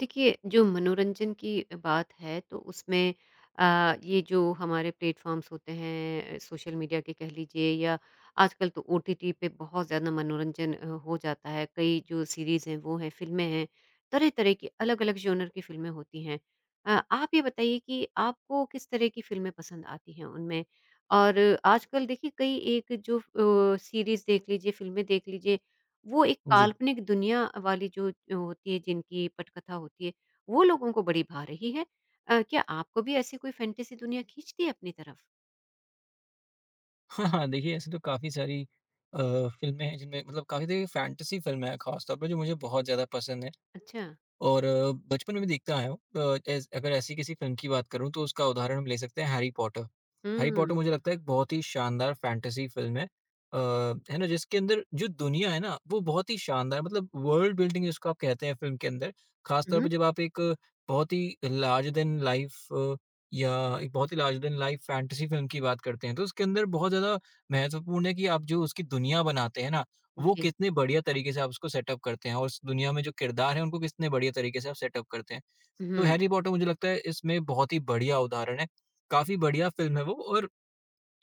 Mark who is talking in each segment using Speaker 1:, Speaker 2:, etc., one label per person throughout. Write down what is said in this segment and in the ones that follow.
Speaker 1: देखिए, जो मनोरंजन की बात है तो उसमें ये जो हमारे प्लेटफ़ॉर्म्स होते हैं, सोशल मीडिया के कह लीजिए या आजकल तो ओटीटी पे बहुत ज़्यादा मनोरंजन हो जाता है। कई जो सीरीज़ हैं, वो हैं, फ़िल्में हैं, तरह-तरह की अलग-अलग जॉनर की फ़िल्में होती हैं। आप ये बताइए कि आपको किस तरह की फ़िल्में पसंद आती हैं उनमें? और आजकल देखिए कई एक जो सीरीज़ देख लीजिए, फ़िल्में देख लीजिए, वो एक
Speaker 2: जी।
Speaker 1: काल्पनिक दुनिया वाली जो जो होती है जिनकी पटकथा होती है, वो लोगों को बड़ी भा रही है। क्या आपको भी ऐसी कोई फ़ैंटेसी दुनिया खींचती है अपनी तरफ?
Speaker 2: हाँ, हाँ, देखिए ऐसे तो काफ़ी सारी अ, फ़िल्में हैं जिनमें मतलब काफ़ी देखिए फैंटेसी फ़िल्में हैं ख़ास तौर पे जो मुझे बहुत ज़्यादा पसंद हैं।
Speaker 1: अच्छा।
Speaker 2: और बचपन में भी देखता आया हूँ अ, एस अगर ऐसी किसी फ़िल्म की बात करूँ तो उसका उदाहरण हम ले सकते हैं हैरी पॉटर। हैरी पॉटर
Speaker 1: हुँ।
Speaker 2: मुझे लगता है एक बहुत ही शानदार फ़ैंटेसी फ़िल्म है। है ना? जिसके अंदर जो दुनिया है ना वो बहुत ही शानदार मतलब वर्ल्ड बिल्डिंग जिसको आप कहते हैं फ़िल्म के अंदर, ख़ास तौर
Speaker 1: हुँ,
Speaker 2: पे जब आप बहुत ही लार्जर दैन लाइफ़ या एक बहुत ही larger than life fantasy film की बात करते हैं तो उसके अंदर बहुत ज़्यादा महत्वपूर्ण है कि आप जो उसकी दुनिया बनाते हैं ना वो
Speaker 1: जी।
Speaker 2: कितने बढ़िया तरीके से आप उसको सेटअप करते हैं और इस दुनिया में जो किरदार है उनको कितने बढ़िया तरीके से आप सेटअप करते हैं। तो
Speaker 1: हुँ,
Speaker 2: हैरी पॉटर मुझे लगता है इसमें बहुत ही बढ़िया उदाहरण है। काफ़ी बढ़िया फ़िल्म है वो और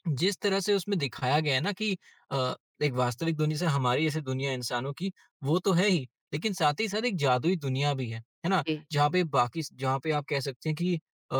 Speaker 2: जिस तरह से उसमें दिखाया गया है ना कि अ, एक वास्तविक दुनिया से हमारी जैसे दुनिया इंसानों की वो तो है ही, लेकिन साथ ही साथ एक जादुई दुनिया भी है ना?
Speaker 1: जी,
Speaker 2: जहाँ पे आप कह सकते हैं कि अ,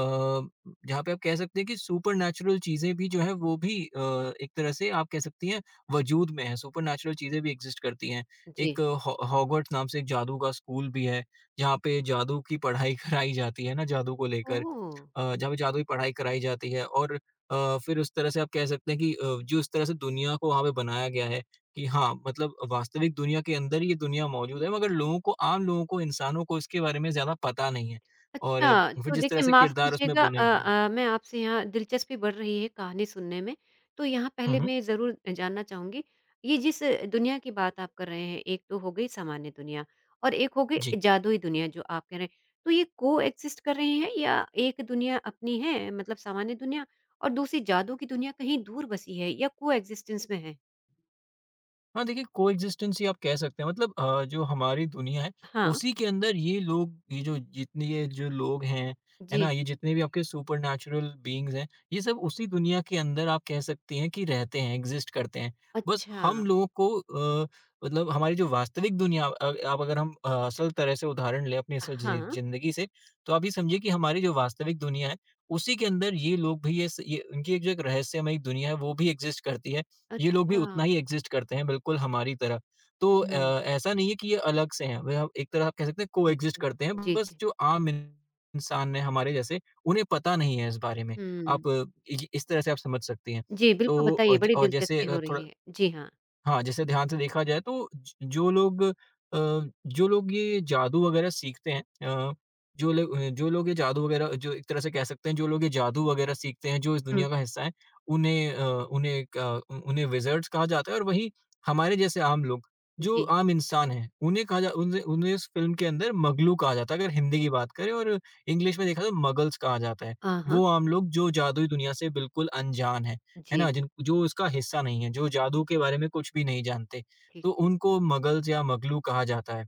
Speaker 2: जहाँ पे आप कह सकते हैं कि सुपर नेचुरल चीजें भी जो है वो भी एक तरह से आप कह सकती हैं वजूद में है, सुपर नेचुरल चीजें भी एग्जिस्ट करती हैं।
Speaker 1: जी।
Speaker 2: एक हॉगवर्ट्स नाम से एक जादू का स्कूल भी है जहाँ पे जादू की पढ़ाई कराई जाती है ना जादू को लेकर।
Speaker 1: ओह!
Speaker 2: जहाँ पे जादू की पढ़ाई कराई जाती है और फिर उस तरह से आप कह सकते हैं कि जो इस तरह से दुनिया को वहाँ पे बनाया गया है कि हाँ, मतलब वास्तविक दुनिया के अंदर ये दुनिया मौजूद है, मगर लोगों को, आम लोगों को, इंसानों को इसके बारे में ज़्यादा पता नहीं है और
Speaker 1: अच्छा,
Speaker 2: फिर
Speaker 1: तो
Speaker 2: जिस तरह
Speaker 1: देखिए
Speaker 2: से
Speaker 1: माफ़
Speaker 2: किरदार उसमें
Speaker 1: कीजिएगा,
Speaker 2: बुने गए हैं।
Speaker 1: मैं आपसे यहाँ दिलचस्पी बढ़ रही है कहानी सुनने में, तो यहाँ
Speaker 2: हुँ,
Speaker 1: पहले
Speaker 2: हुँ।
Speaker 1: मैं ज़रूर जानना चाहूँगी, ये जिस दुनिया की बात आप कर रहे हैं, एक तो हो गई सामान्य दुनिया और एक हो
Speaker 2: जी।
Speaker 1: गई जादुई दुनिया जो आप कह रहे हैं, तो ये कोएक्सिस्ट कर रहे हैं या एक दुनिया अपनी है मतलब सामान्य दुनिया और दूसरी जादू की दुनिया कहीं दूर बसी है या कोएक्सिस्टेंस में है?
Speaker 2: हाँ, देखिए कोएग्जिस्टेंस ही आप कह सकते हैं, मतलब जो हमारी दुनिया है
Speaker 1: हाँ,
Speaker 2: उसी के अंदर ये जो लोग हैं, है
Speaker 1: जी।
Speaker 2: ना? ये जितने भी आपके सुपरनैचुरल बीइंग्स हैं, ये सब उसी दुनिया के अंदर आप कह सकती हैं कि रहते हैं, एग्ज़िस्ट करते हैं। बस
Speaker 1: अच्छा,
Speaker 2: हम लोगों को मतलब हमारी जो वास्तविक दुनिया अ, आप अगर हम असल तरह से उदाहरण लें अपनी असल
Speaker 1: हाँ,
Speaker 2: ज़िंदगी से, तो आप ये समझिए कि हमारी जो वास्तविक दुनिया है, उसी के अंदर ये लोग भी, ये उनकी एक जो एक रहस्यमयी दुनिया है वो भी एग्ज़िस्ट करती है। ये लोग भी
Speaker 1: अच्छा,
Speaker 2: उतना ही एग्ज़िस्ट करते हैं, बिल्कुल हमारी तरह। तो
Speaker 1: हुँ,
Speaker 2: ऐसा नहीं है कि ये अलग से हैं, वे आप एक तरह आप कह सकते हैं
Speaker 1: ठीक
Speaker 2: को-एग्ज़िस्ट
Speaker 1: है।
Speaker 2: करते हैं,
Speaker 1: जी,
Speaker 2: बस
Speaker 1: जी।
Speaker 2: जो आम इंसान हैं हमारे जैसे, उन्हें पता नहीं है इस बारे में।
Speaker 1: हुँ।
Speaker 2: आप अ, इ इस तरह से आप समझ सकती हैं।
Speaker 1: जी, बिल्कुल
Speaker 2: तो
Speaker 1: बताइए,
Speaker 2: औ ज
Speaker 1: बड़ी
Speaker 2: और जैसे
Speaker 1: दिलचस्पी हो
Speaker 2: थोड़ा,
Speaker 1: रही है। जी हाँ।
Speaker 2: हाँ, जैसे ध्यान से देखा जाए तो ज जो लोग जो लोग ये जादू वगैरह सीखते हैं, अ, जो लोग ये जादू वगैरह जो एक तरह से कह सकते हैं जो लोग ये जादू वगैरह सीखते हैं, जो इस
Speaker 1: हुँ,
Speaker 2: दुनिया का हिस्सा हैं, उन्हें अ, उन्हें क उ उन्हें विज़र्ड्स कहा जाता है, और वहीं हमारे जैसे आम लोग, जो
Speaker 1: जी।
Speaker 2: आम इंसान हैं, उन्हें कहा जा उन्हें उन्हें इस फ़िल्म के अंदर मगलू कहा जाता है अगर हिंदी की बात करें और इंग्लिश में देखा तो मगल्स कहा जाता है।
Speaker 1: हाँ, हाँ।
Speaker 2: वो आम लोग जो जादुई दुनिया से बिल्कुल अनजान हैं। है ना?
Speaker 1: जी,
Speaker 2: जिन जो इसका हिस्सा नहीं है, जो जादू के बारे में कुछ भी नहीं जानते,
Speaker 1: ठीक
Speaker 2: तो
Speaker 1: है।
Speaker 2: उनको मगल्स या मगलू कहा जाता है।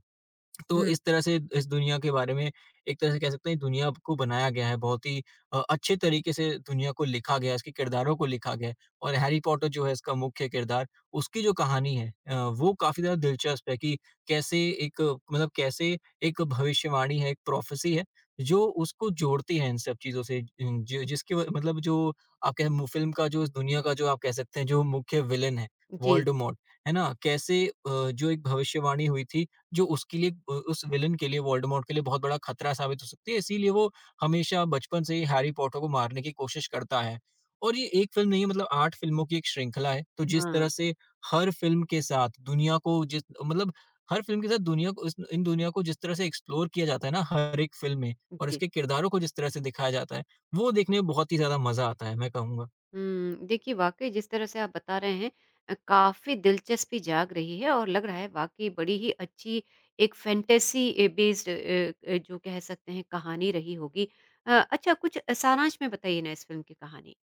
Speaker 2: तो
Speaker 1: हुँ,
Speaker 2: इस तरह से इस दुनिया के बारे में एक तरह से कह सकते हैं दुनिया को बनाया गया है बहुत ही अच्छे तरीके से। दुनिया को लिखा गया है, इसके किरदारों को लिखा गया है और हैरी पॉटर जो है इसका मुख्य किरदार, उसकी जो कहानी है वो काफ़ी ज़्यादा दिलचस्प है, कि कैसे एक मतलब कैसे एक भविष्यवाणी है, एक प्रोफेसी है जो उसको जोड़ती है इन सब चीज़ों से, जिन जो जिसकी व मतलब जो आप कहें मु फ़िल्म का जो, इस दुनिया का जो आप कह सकते हैं जो मुख्य विलेन है,
Speaker 1: जी,
Speaker 2: वोल्डेमॉर्ट, है ना? कैसे जो एक भविष्यवाणी हुई थी जो उसके लिए, उ उस विलेन के लिए, वोल्डेमॉर्ट के लिए बहुत बड़ा खतरा साबित हो सकती है, इसीलिए वो हमेशा बचपन से ही हैरी पॉटर को मारने की कोशिश करता है। और ये एक फ़िल्म नहीं है, मतलब 8 फ़िल्मों की एक श्रृंखला है, तो जिस
Speaker 1: हाँ,
Speaker 2: तरह से हर फ़िल्म के साथ दुनिया को, जिस मतलब हर फ़िल्म के साथ दुनिया को, इस इन दुनिया को जिस तरह से एक्सप्लोर किया जाता है ना हर एक फ़िल्म में, और
Speaker 1: जी।
Speaker 2: इसके किरदारों को जिस तरह से दिखाया जाता है, वो देखने में बहुत ही ज़्यादा मज़ा आता है, मैं कहूँगा।
Speaker 1: हुँ, देखिए वाक़ई जिस तरह से आप बता रहे हैं काफ़ी दिलचस्पी जाग रही है और लग रहा है वाक़ई बड़ी ही अच्छी एक फ़ैंटेसी ए बेस्ड जो कह सकते हैं कहानी रही होगी। अच्छा कुछ सारांश में बताइए ना इस फ़िल्म की कहानी?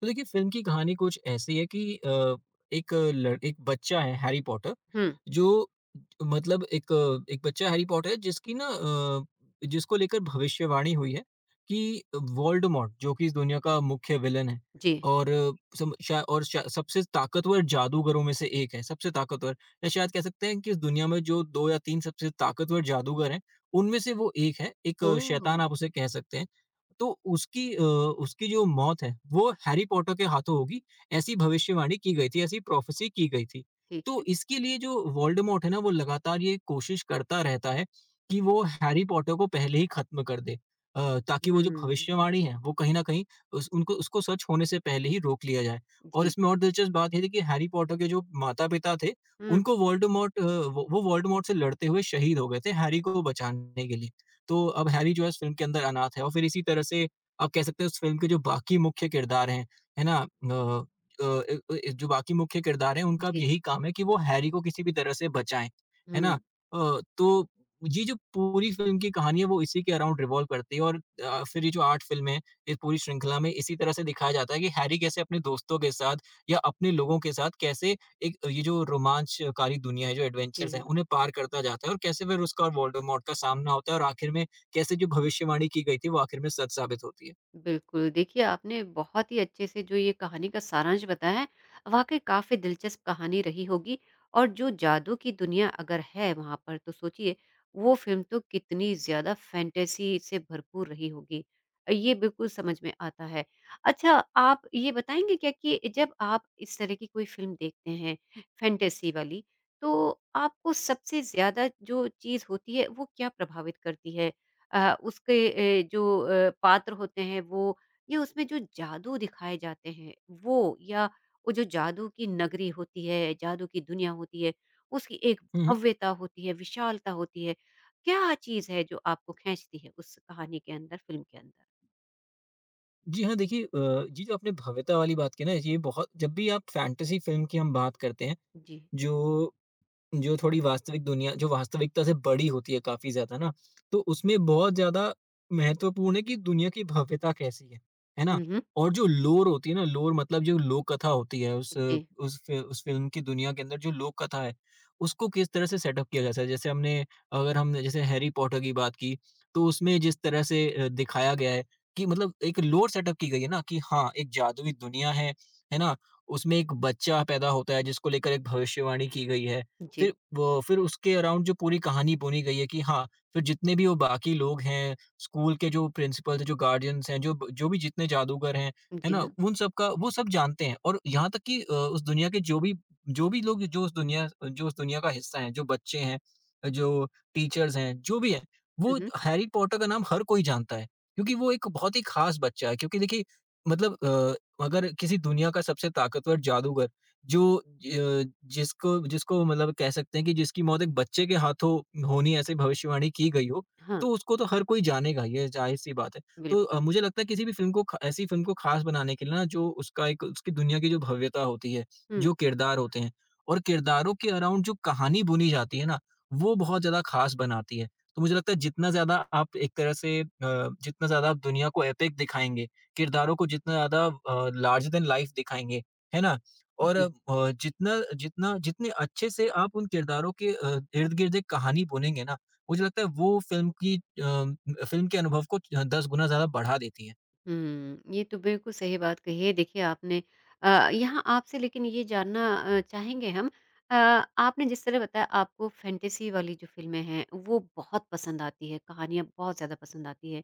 Speaker 2: तो देखिए फ़िल्म की कहानी कुछ ऐसी है कि एक बच्चा है हैरी पॉटर
Speaker 1: हुँ,
Speaker 2: जो, मतलब एक एक बच्चा हैरी पॉटर है जिसकी ना जिसको लेकर भविष्यवाणी हुई है कि वोल्डेमॉर्ट जो कि इस दुनिया का मुख्य विलेन है
Speaker 1: जी।
Speaker 2: और अ, सम शा और शा सबसे ताकतवर जादूगरों में से एक है, सबसे ताकतवर, या शायद कह सकते हैं कि इस दुनिया में जो 2 या 3 सबसे ताकतवर जादूगर हैं, उनमें से वो एक है, एक
Speaker 1: ओह!
Speaker 2: शैतान आप उसे कह सकते हैं। तो उसकी अ, उसकी जो मौत है वो हैरी पॉटर के हाथों होगी, ऐसी भविष्यवाणी की गई थी, ऐसी प्रोफ़ेसी की गई थी।
Speaker 1: ठीक
Speaker 2: तो
Speaker 1: है।
Speaker 2: इसके लिए जो वोल्डेमॉर्ट है ना वो लगातार ये कोशिश करता रहता है कि वो हैरी पॉटर को पहले ही ख़त्म कर दे, ताकि वो जो
Speaker 1: हुँ,
Speaker 2: भविष्यवाणी है वो कहीं न कहीं उस उनको उसको सच होने से पहले ही रोक लिया जाए। और
Speaker 1: जी।
Speaker 2: इसमें और दिलचस्प बात ये थी कि हैरी पॉटर के जो माता-पिता थे
Speaker 1: हुँ,
Speaker 2: उनको वोल्डेमॉर्ट अ, वो वोल्डेमॉर्ट से लड़ते हुए शहीद हो गए थे हैरी को बचाने के लिए। तो अब हैरी जो है इस फ़िल्म के अंदर अनाथ है, और फिर इसी तरह से आप कह सकते हैं उस फ़िल्म के जो बाकी मुख्य किरदार हैं, है ना? अ अ, ए ए जो बाकी मुख्य किरदार हैं उनका अब
Speaker 1: जी।
Speaker 2: यही काम है कि वो हैरी को किसी भी तरह से बचाएँ, है ना?
Speaker 1: हुँ,
Speaker 2: तो ये जो पूरी फ़िल्म की कहानी है वो इसी के अराउंड रिवॉल्व करती है, और फिर ये जो 8 फ़िल्में हैं, इस पूरी श्रृंखला में इसी तरह से दिखाया जाता है कि हैरी कैसे अपने दोस्तों के साथ या अपने लोगों के साथ कैसे एक ये जो रोमांचकारी दुनिया है, जो
Speaker 1: जी
Speaker 2: एडवेंचर्स हैं,
Speaker 1: हाँ।
Speaker 2: उन्हें पार करता जाता है, और कैसे फिर उसका और वोल्डेमॉर्ट का सामना होता है और आखिर में कैसे जो भविष्यवाणी की गई थी, वो आखिर में सच साबित होती है।
Speaker 1: बिल्कुल, देखिए आपने बहुत ही अच्छे से जो ये कहानी का सारांश बताया है, वाक़ई काफ़ी दिलचस्प कहानी रही होगी और जो जादू की दुनिया अगर है वहाँ पर तो सोचिए वो फ़िल्म तो कितनी ज़्यादा फ़ैंटेसी से भरपूर रही होगी। ये बिल्कुल समझ में आता है। अच्छा, आप ये बताएँगे क्या कि जब आप इस तरह की कोई फ़िल्म देखते हैं फ़ैंटेसी वाली, तो आपको सबसे ज़्यादा जो चीज़ होती है वो क्या प्रभावित करती है? उसके जो पात्र होते हैं वो या उसमें जो जादू दिखाए जाते हैं वो या वो जो जादू की नगरी होती है, जादू की दुनिया होती है, उसकी एक
Speaker 2: हुँ, हुँ।
Speaker 1: भव्यता होती है, विशालता होती है। क्या चीज़ है जो आपको खींचती है उस कहानी के अंदर, फ़िल्म के अंदर?
Speaker 2: जी हाँ, देखिए ये जो आपने भव्यता वाली बात की ना, ये बहुत, जब भी आप फैंटेसी फ़िल्म की हम बात करते हैं,
Speaker 1: जी।
Speaker 2: जो जो थोड़ी वास्तविक दुनिया, जो वास्तविकता से बड़ी होती है काफ़ी ज़्यादा ना, तो उसमें बहुत ज़्यादा महत्वपूर्ण है कि दुनिया की भव्यता कैसी है ना?
Speaker 1: हुँ, हुँ।
Speaker 2: और जो लोर होती है ना, लोर मतलब जो लोक कथा होती है,
Speaker 1: जी।
Speaker 2: उस फ़िल्म की दुनिया के अंदर जो लोक कथा है, उसको किस तरह से सेटअप किया जाता है। जैसे हमने, अगर हमने जैसे हैरी पॉटर की बात की, तो उसमें जिस तरह से दिखाया गया है कि, मतलब, एक लोर सेटअप की गई है ना कि हाँ, एक जादुई दुनिया है ना? उसमें एक बच्चा पैदा होता है जिसको लेकर एक भविष्यवाणी की गई है।
Speaker 1: जी।
Speaker 2: फिर उसके अराउंड जो पूरी कहानी बुनी गई है, कि हाँ, फिर जितने भी वो बाकी लोग हैं, स्कूल के जो प्रिंसिपल्स हैं, जो गार्डियंस हैं, जो भी जितने जादूगर हैं, है
Speaker 1: जी
Speaker 2: ना?
Speaker 1: हाँ।
Speaker 2: उन सब का वो सब जानते हैं और यहाँ तक कि उस दुनिया के जो भी लोग जो उस दुनिया का हिस्सा हैं, जो बच्चे हैं, जो टीचर्स हैं, जो भी हैं,
Speaker 1: हुँ,
Speaker 2: वो
Speaker 1: हुँ।
Speaker 2: हैरी पॉटर का नाम हर कोई जानता है, क्योंकि वो एक बहुत ही ख़ास बच्चा है। क्योंकि देखिए मतलब अगर किसी दुनिया का सबसे ताकतवर जादूगर जो ज जिसको जिसको मतलब कह सकते हैं कि जिसकी मौत एक बच्चे के हाथों होनी ऐसी भविष्यवाणी की गई हो,
Speaker 1: हाँ,
Speaker 2: तो उसको तो हर कोई जानेगा, ये ज़ाहिर-सी बात है। तो
Speaker 1: बिल्कुल।
Speaker 2: मुझे लगता है किसी भी फ़िल्म को ख ऐसी फ़िल्म को ख़ास बनाने के लिए ना जो उसका एक उसकी दुनिया की जो भव्यता होती है,
Speaker 1: हुँ,
Speaker 2: जो किरदार होते हैं और किरदारों के अराउंड जो कहानी बुनी जाती है ना, वो बहुत ज़्यादा ख़ास बनाती है। तो मुझे लगता है जितना ज़्यादा आप एक तरह से अ, जितना ज़्यादा आप दुनिया को एपिक दिखाएँगे, किरदारों को जितना ज़्यादा लार्जर दैन लाइफ़ दिखाएँगे, है ना? और
Speaker 1: जी।
Speaker 2: जितना जितना जितने अच्छे से आप उन किरदारों के इर्द-गिर्द एक कहानी बुनेंगे ना, मुझे लगता है वो फ़िल्म की अम, फ़िल्म के अनुभव को 10 गुना ज़्यादा बढ़ा देती हैं।
Speaker 1: हुँ, ये तो बिल्कुल सही बात कही है। देखिए आपने, यहाँ आपसे लेकिन ये जानना चाहेंगे हम। अ, आपने जिस तरह बताया आपको फैंटेसी वाली जो फ़िल्में हैं, वो बहुत पसंद आती है, कहानियाँ बहुत ज़्यादा पसंद आती है।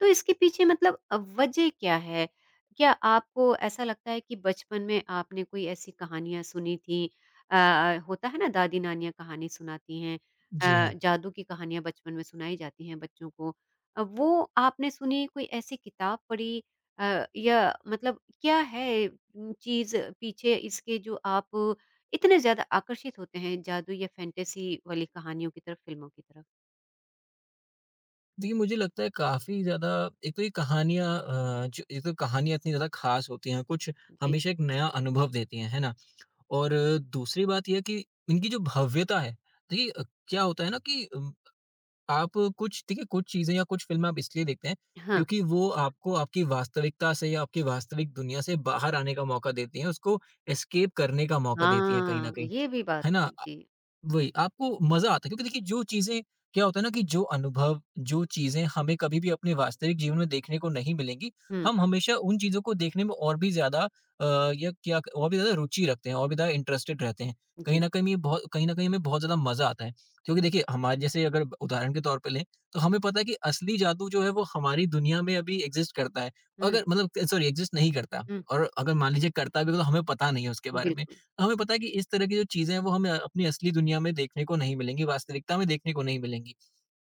Speaker 1: तो इसके पीछे मतलब वजह क्या है? क्या आपको ऐसा लगता है कि बचपन में आपने कोई ऐसी कहानियाँ सुनी थी? होता है ना, दादी-नानियाँ कहानी सुनाती हैं।
Speaker 2: जी हाँ।
Speaker 1: जादू की कहानियाँ बचपन में सुनाई जाती हैं बच्चों को। वो आपने सुनी, कोई ऐसी किताब पढ़ी या मतलब क्या है चीज़ पीछे इसके जो आप इतने ज़्यादा आकर्षित होते हैं जादू या फैंटेसी वाली कहानियों की तरफ, फ़िल्मों की तरफ?
Speaker 2: देखिए, मुझे लगता है काफ़ी ज़्यादा एक तो कहानियाँ इतनी ज़्यादा ख़ास होती हैं, कुछ
Speaker 1: जी।
Speaker 2: हमेशा एक नया अनुभव देती हैं, है ना? और दूसरी बात ये है कि इनकी जो भव्यता है, देखिए क्या होता है ना कि अम आप कुछ चीज़ें या कुछ फ़िल्में आप इसलिए देखते हैं,
Speaker 1: हाँ।
Speaker 2: क्योंकि वो आपको आपकी वास्तविकता से या आपकी वास्तविक दुनिया से बाहर आने का मौका देती हैं, उसको एस्केप करने का मौका देती हैं कहीं न
Speaker 1: हाँ,
Speaker 2: कहीं,
Speaker 1: ये भी बात
Speaker 2: है
Speaker 1: है।
Speaker 2: ना?
Speaker 1: जी।
Speaker 2: वही, आपको मज़ा आता है क्योंकि देखिए जो चीज़ें क्या होता है ना कि जो अनुभव, जो चीज़ें हमें कभी भी अपने वास्तविक जीवन में देखने को नहीं मिलेंगी,
Speaker 1: हुँ,
Speaker 2: हम हमेशा उन चीज़ों को देखने में और भी ज़्यादा अ, या क्या और भी ज़्यादा रुचि रखते हैं और भी ज़्यादा इंटरेस्टेड रहते हैं।
Speaker 1: जी।
Speaker 2: कहीं न कहीं हमें बहुत ज़्यादा मज़ा आता है। क्योंकि देखिए हमारे जैसे अगर उदाहरण के तौर पे लें, तो हमें पता है कि असली जादू जो है वो हमारी दुनिया में अभी एक्ज़िस्ट करता है।
Speaker 1: हुँ,
Speaker 2: अगर मतलब सॉरी एक्ज़िस्ट नहीं करता
Speaker 1: हुँ,
Speaker 2: और अगर मान लीजिए करता भी है तो हमें पता नहीं है उसके बारे में।
Speaker 1: बिल्कुल।
Speaker 2: हमें पता है कि इस तरह की जो चीज़ें हैं वो हमें अपनी असली दुनिया में देखने को नहीं मिलेंगी, वास्तविकता में देखने को नहीं मिलेंगी।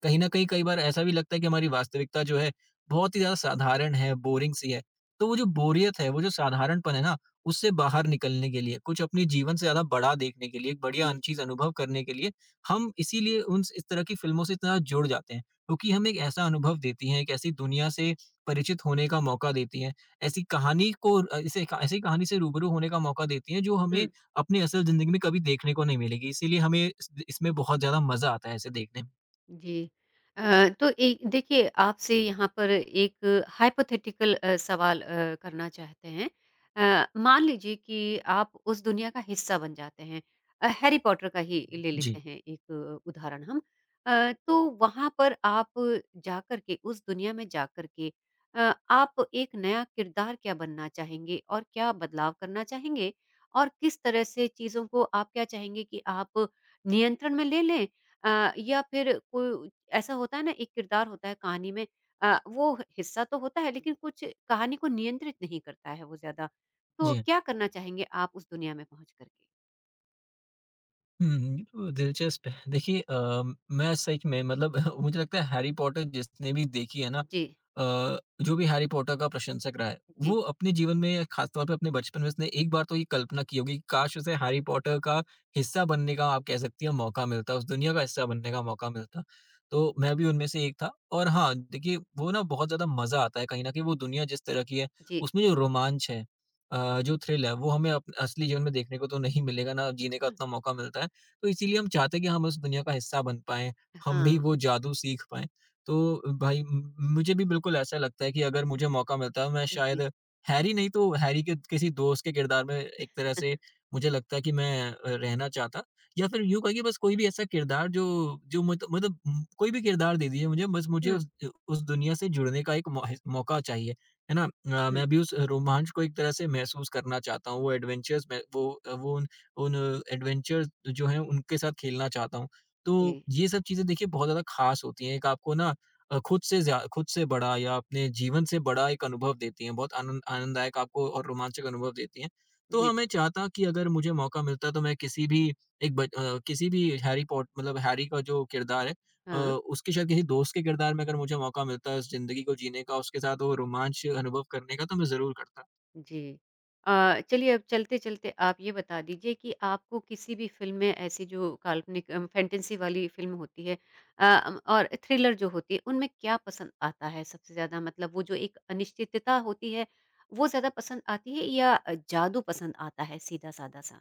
Speaker 2: कहीं न कहीं कई बार ऐसा भी लगता है कि हमारी वास्तविकता जो है बहुत ही ज़्यादा साधारण है, बोरिंग सी है। तो वो जो बोरियत है, वो जो साधारणपन है ना, उससे बाहर निकलने के लिए, कुछ अपने जीवन से ज़्यादा बड़ा देखने के लिए, एक बढ़िया
Speaker 1: जी।
Speaker 2: अन चीज़ अनुभव करने के लिए, हम इसीलिए उन इस तरह की फ़िल्मों से इतना जुड़ जाते हैं, क्योंकि हमें एक ऐसा अनुभव देती हैं, एक ऐसी दुनिया से परिचित होने का मौका देती हैं। ऐसी कहानी को अ, ऐसे ऐसी कहानी से रूबरू होने का मौका देती हैं जो हमें
Speaker 1: हुँ।
Speaker 2: अपनी असल ज़िंदगी में कभी देखने को नहीं मिलेगी, इसीलिए हमें इस इसमें बहुत ज़्यादा मज़ा आता है इसे देखने में।
Speaker 1: जी। तो एक देखिए आपसे यहाँ पर एक हाइपोथेटिकल सवाल करना चाहते हैं। मान लीजिए कि आप उस दुनिया का हिस्सा बन जाते हैं। हैरी पॉटर का ही ले लेते
Speaker 2: जी,
Speaker 1: हैं एक उदाहरण हम। तो वहाँ पर आप जाकर के उस दुनिया में जाकर के आप एक नया किरदार क्या बनना चाहेंगे और क्या बदलाव करना चाहेंगे? और किस तरह से चीज़ों को आप क्या चाहेंगे कि आप नियंत्रण में ले लें, या फिर कोई ऐसा होता है ना एक किरदार होता है कहानी में, वो हिस्सा तो होता है लेकिन कुछ कहानी को नियंत्रित नहीं करता है वो ज़्यादा। तो
Speaker 2: जी।
Speaker 1: क्या करना चाहेंगे आप उस दुनिया में पहुँच कर के?
Speaker 2: हुँ, ये तो दिलचस्प है। देखिए मैं सच में मतलब मुझे लगता है हैरी पॉटर जिसने भी देखी है ना
Speaker 1: जी,
Speaker 2: जो भी हैरी पॉटर का प्रशंसक रहा है,
Speaker 1: जी,
Speaker 2: वो अपने जीवन में खास तौर पे अपने बचपन में उसने एक बार तो ये कल्पना की होगी, कि काश उसे हैरी पॉटर का हिस्सा बनने का आप कह सकती हैं मौका मिलता, उस दुनिया का हिस्सा बनने का मौका मिलता। तो मैं भी उनमें से एक था और हाँ, देखिए वो ना बहुत ज़्यादा मज़ा आता है कहीं न कहीं वो दुनिया जिस तरह की है,
Speaker 1: जी।
Speaker 2: उसमें जो रोमांच है जो थ्रिल है, वो हमें अप असली जीवन में देखने को तो नहीं मिलेगा, ना जीने का
Speaker 1: बिल्कुल,
Speaker 2: उतना मौका मिलता है। तो इसीलिए हम चाहते हैं कि हम उस दुनिया का हिस्सा बन पाएँ, हम भी
Speaker 1: हाँ,
Speaker 2: वो जादू सीख पाएँ। तो भाई म मुझे भी बिल्कुल ऐसा लगता है कि अगर मुझे मौका मिलता है मैं शायद
Speaker 1: जी।
Speaker 2: हैरी नहीं तो हैरी के किसी दोस्त के किरदार में एक तरह से मुझे लगता है कि मैं रहना चाहता या फिर यूँ कहिए बस कोई भी ऐसा किरदार जो जो मत मतलब कोई भी किरदार दे दीजिए मुझे बस मुझे
Speaker 1: हुँ,
Speaker 2: उस उस दुनिया से जुड़ने का एक मौ ह मौका चाहिए, है ना?
Speaker 1: हुँ,
Speaker 2: मैं भी उस रोमांच को एक तरह से महसूस करना चाहता हूँ, वो एडवेंचर्स में वो अ, वो उन एडवेंचर जो हैं उनके साथ खेलना चाहता हूँ। तो
Speaker 1: जी,
Speaker 2: ये सब चीज़ें देखिए बहुत ज़्यादा ख़ास होती हैं। एक आपको ना खुद से बड़ा या अपने जीवन से बड़ा एक अनुभव देती हैं। बहुत आनंददायक आपको और रोमांचक अनुभव देती हैं। तो हाँ, मैं
Speaker 1: बिल्कुल।
Speaker 2: चाहता कि अगर मुझे मौका मिलता तो मैं किसी भी एक ब अ, किसी भी हैरी पॉट मतलब हैरी का जो किरदार है
Speaker 1: हाँ।
Speaker 2: उसके शायद किसी दोस्त के किरदार में अगर मुझे मौका मिलता है इस ज़िंदगी को जीने का, उसके साथ वो रोमांच अनुभव करने का तो मैं ज़रूर करता।
Speaker 1: जी। चलिए अब चलते-चलते आप ये बता दीजिए कि आपको किसी भी फ़िल्म में ऐसी जो काल्पनिक फ़ैंटेसी वाली फ़िल्म होती है और थ्रिलर जो होती है, उनमें क्या पसंद आता है सबसे ज़्यादा? मतलब वो जो एक अनिश्चितता होती है, वो ज़्यादा पसंद आती है या जादू पसंद आता है सीधा-सादा सा?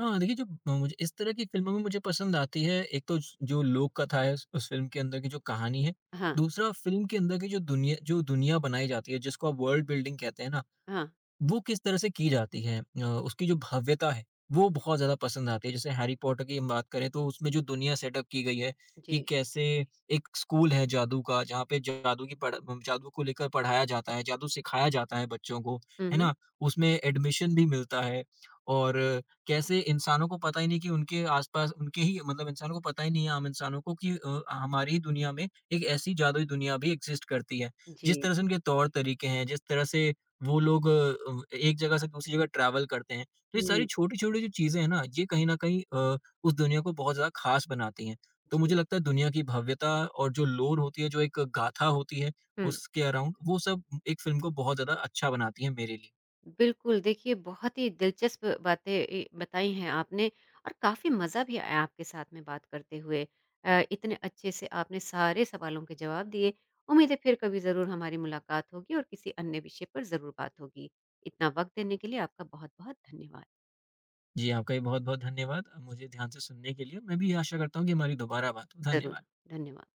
Speaker 2: हाँ, देखिए जब म मुझे इस तरह की फ़िल्मों में मुझे पसंद आती है, एक तो ज जो लोक कथा है उस फ़िल्म के अंदर की जो कहानी है,
Speaker 1: हाँ,
Speaker 2: दूसरा फ़िल्म के अंदर की जो दुनिया बनाई जाती है जिसको आप वर्ल्ड बिल्डिंग कहते हैं ना,
Speaker 1: हाँ।
Speaker 2: वो किस तरह से की जाती है उसकी जो भव्यता है वो बहुत ज़्यादा पसंद आती है। जैसे हैरी पॉटर की हम बात करें तो उसमें जो दुनिया सेटअप की गई है
Speaker 1: जी।
Speaker 2: कि कैसे एक स्कूल है जादू का जहाँ पे जादू की पढ़ जादू को लेकर पढ़ाया जाता है, जादू सिखाया जाता है बच्चों को,
Speaker 1: हुँ,
Speaker 2: है
Speaker 1: हुँ।
Speaker 2: ना? उसमें एडमिशन भी मिलता है और कैसे इंसानों को पता ही नहीं कि उनके आस-पास उनके ही मतलब इंसानों को पता ही नहीं है आम इंसानों को कि हमारी ही दुनिया में एक ऐसी जादुई दुनिया भी एक्ज़िस्ट करती है। जिस
Speaker 1: जी।
Speaker 2: तरह से उनके तौर-तरीके हैं, जिस तरह से वो लोग एक जगह से दूसरी जगह ट्रैवल करते हैं। तो ये
Speaker 1: हुँ,
Speaker 2: सारी छोटी-छोटी जो चीज़ें हैं ना, ये कहीं न कहीं उस दुनिया को बहुत ज़्यादा ख़ास बनाती हैं। तो मुझे
Speaker 1: जी।
Speaker 2: लगता है दुनिया की भव्यता और जो लोर होती है, जो एक गाथा होती है
Speaker 1: हुँ।
Speaker 2: उसके अराउंड, वो सब एक फ़िल्म को बहुत ज़्यादा अच्छा बनाती है मेरे लिए।
Speaker 1: बिल्कुल, देखिए बहुत ही दिलचस्प बातें ए, बताई हैं आपने और काफ़ी मज़ा भी आया आपके साथ में बात करते हुए। इतने अच्छे से आपने सारे सवालों के जवाब दिए। उम्मीद है फिर कभी ज़रूर हमारी मुलाकात होगी और किसी अन्य विषय पर ज़रूर बात होगी। इतना वक़्त देने के लिए आपका बहुत-बहुत धन्यवाद।
Speaker 2: जी, आपका भी बहुत-बहुत धन्यवाद। मुझे ध्यान से सुनने के लिए। मैं भी आशा करता हूँ कि हमारी दोबारा बात हो।
Speaker 1: ज़रूर,
Speaker 2: धन्यवाद।
Speaker 1: धन्यवाद।